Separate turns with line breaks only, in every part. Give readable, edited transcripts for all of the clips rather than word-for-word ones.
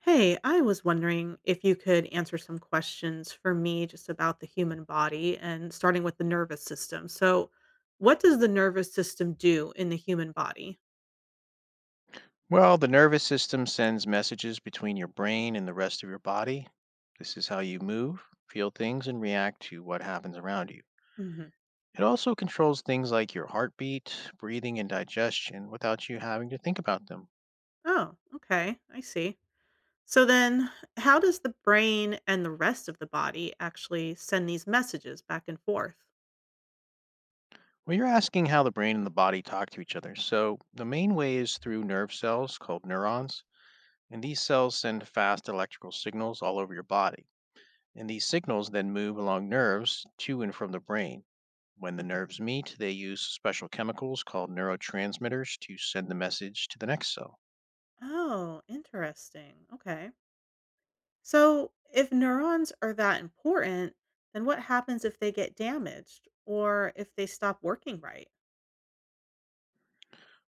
Hey, I was wondering if you could answer some questions for me just about the human body and starting with the nervous system. So, what does the nervous system do in the human body?
Well, the nervous system sends messages between your brain and the rest of your body. This is how you move, feel things, and react to what happens around you.
Hmm.
It also controls things like your heartbeat, breathing, and digestion without you having to think about them.
Oh, okay. I see. So, then how does the brain and the rest of the body actually send these messages back and forth?
Well, you're asking how the brain and the body talk to each other. So, the main way is through nerve cells called neurons, and these cells send fast electrical signals all over your body. And these signals then move along nerves to and from the brain. When the
Mhm.
nerves meet, they use special chemicals called neurotransmitters to send the message to the next cell.
Oh, interesting. Okay. So, if neurons are that important, then what happens if they get damaged or if they stop working right?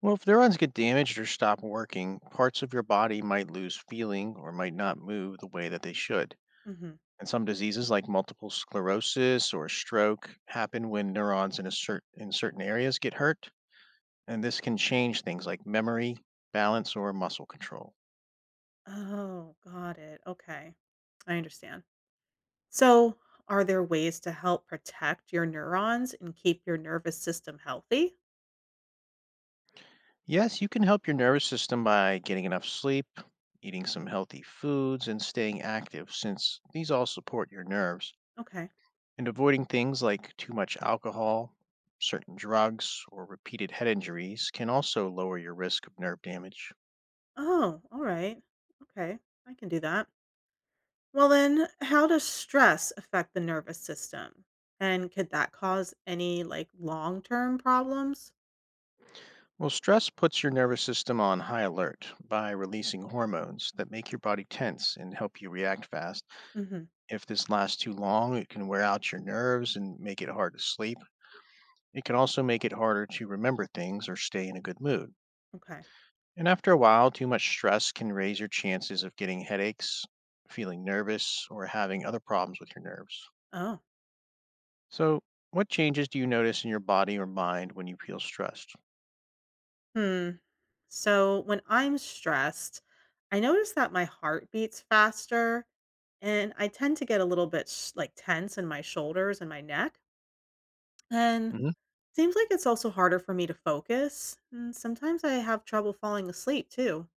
Well, if neurons get damaged or stop working, parts of your body might lose feeling or might not move the way that they should.
Hmm.
And some diseases like multiple sclerosis or stroke happen when neurons in, in certain areas get hurt, and this can change things like memory, balance, or muscle control.
Oh, got it. Okay. I understand. So, are there ways to help protect your neurons and keep your nervous system healthy?
Yes, you can help your nervous system by getting enough sleep, eating some healthy foods, and staying active, since these all support your nerves.
Okay.
And avoiding things like too much alcohol, certain drugs, or repeated head injuries can also lower your risk of nerve damage.
Oh, all right. Okay. I can do that. Well, then, how does stress affect the nervous system? And could that cause any like long term problems?
Well, stress puts your nervous system on high alert by releasing hormones that make your body tense and help you react fast.
Hmm.
If this lasts too long, it can wear out your nerves and make it hard to sleep. It can also make it harder to remember things or stay in a good mood.
Okay.
And after a while, too much stress can raise your chances of getting headaches, feeling nervous, or having other problems with your nerves.
Oh,
So, what changes do you notice in your body or mind when you feel stressed?
hmm. So when I'm stressed, I notice that my heart beats faster and I tend to get a little bit like tense in my shoulders and my neck. And
Mhm.
seems like it's also harder for me to focus. And sometimes I have trouble falling asleep too.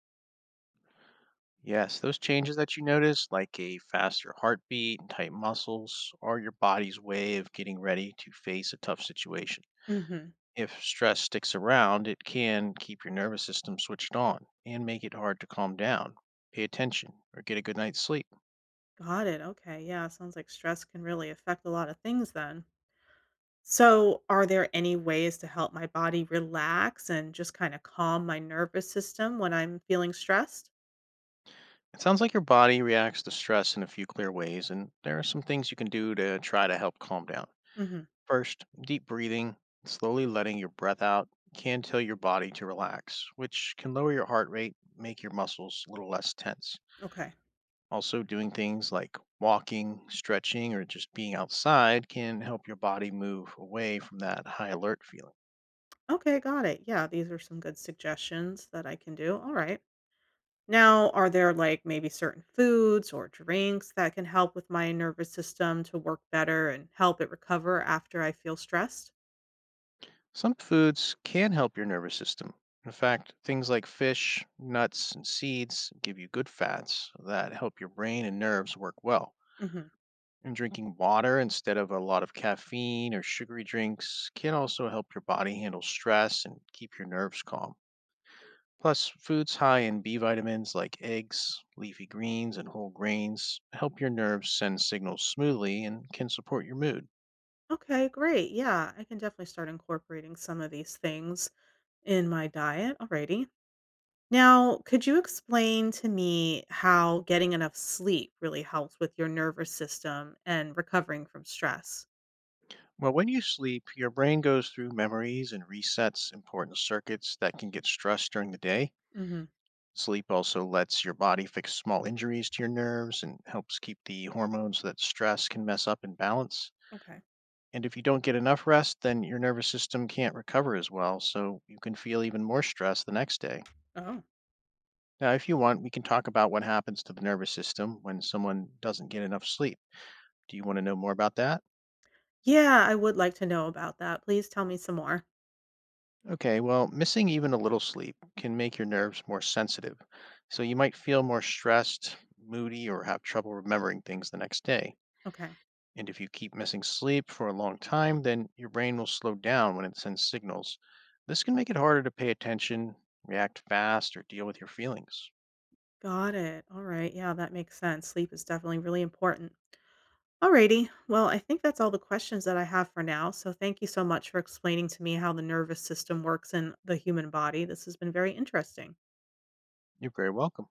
Yes, those changes that you notice, like a faster heartbeat, tight muscles, are your body's way of getting ready to face a tough situation.
Hmm.
If stress sticks around, it can keep your nervous system switched on and make it hard to calm down, pay attention, or get a good night's sleep.
Got it. Okay. Yeah. Sounds like stress can really affect a lot of things then. So, are there any ways to help my body relax and just kind of calm my nervous system when I'm feeling stressed?
It sounds like your body reacts to stress in a few clear ways, and there are some things you can do to try to help calm down.
Hmm.
First, deep breathing, slowly letting your breath out, can tell your body to relax, which can lower your heart rate, make your muscles a little less tense.
Okay.
Also, doing things like walking, stretching, or just being outside can help your body move away from that high alert feeling.
Okay. Got it. Yeah. These are some good suggestions that I can do. All right. Now, are there like maybe certain foods or drinks that can help with my nervous system to work better and help it recover after I feel stressed?
Some foods can help your nervous system. In fact, things like fish, nuts, and seeds give you good fats that help your brain and nerves work well.
Hmm.
And drinking water instead of a lot of caffeine or sugary drinks can also help your body handle stress and keep your nerves calm. Plus, foods high in B vitamins like eggs, leafy greens, and whole grains help your nerves send signals smoothly and can support your mood.
Okay. Great. Yeah. I can definitely start incorporating some of these things. In my diet? Alrighty. Now, could you explain to me how getting enough sleep really helps with your nervous system and recovering from stress?
Well, when you sleep, your brain goes through memories and resets important circuits that can get stressed during the day.
Hmm.
Sleep also lets your body fix small injuries to your nerves and helps keep the hormones that stress can mess up in balance.
Okay.
And if you don't get enough rest, then your nervous system can't recover as well, so you can feel even more stress the next day.
Oh.
Now, if you want, we can talk about what happens to the nervous system when someone doesn't get enough sleep. Do you want to know more about that?
Yeah, I would like to know about that. Please tell me some more.
Okay, well, missing even a little sleep can make your nerves more sensitive, so you might feel more stressed, moody, or have trouble remembering things the next day.
Okay.
And if you keep missing sleep for a long time, then your brain will slow down when it sends signals. This can make it harder to pay attention, react fast, or deal with your feelings.
Got it. All right. Yeah, that makes sense. Sleep is definitely really important. Alrighty. Well, I think that's all the questions that I have for now. So thank you so much for explaining to me how the nervous system works in the human body. This has been very interesting.
You're very welcome.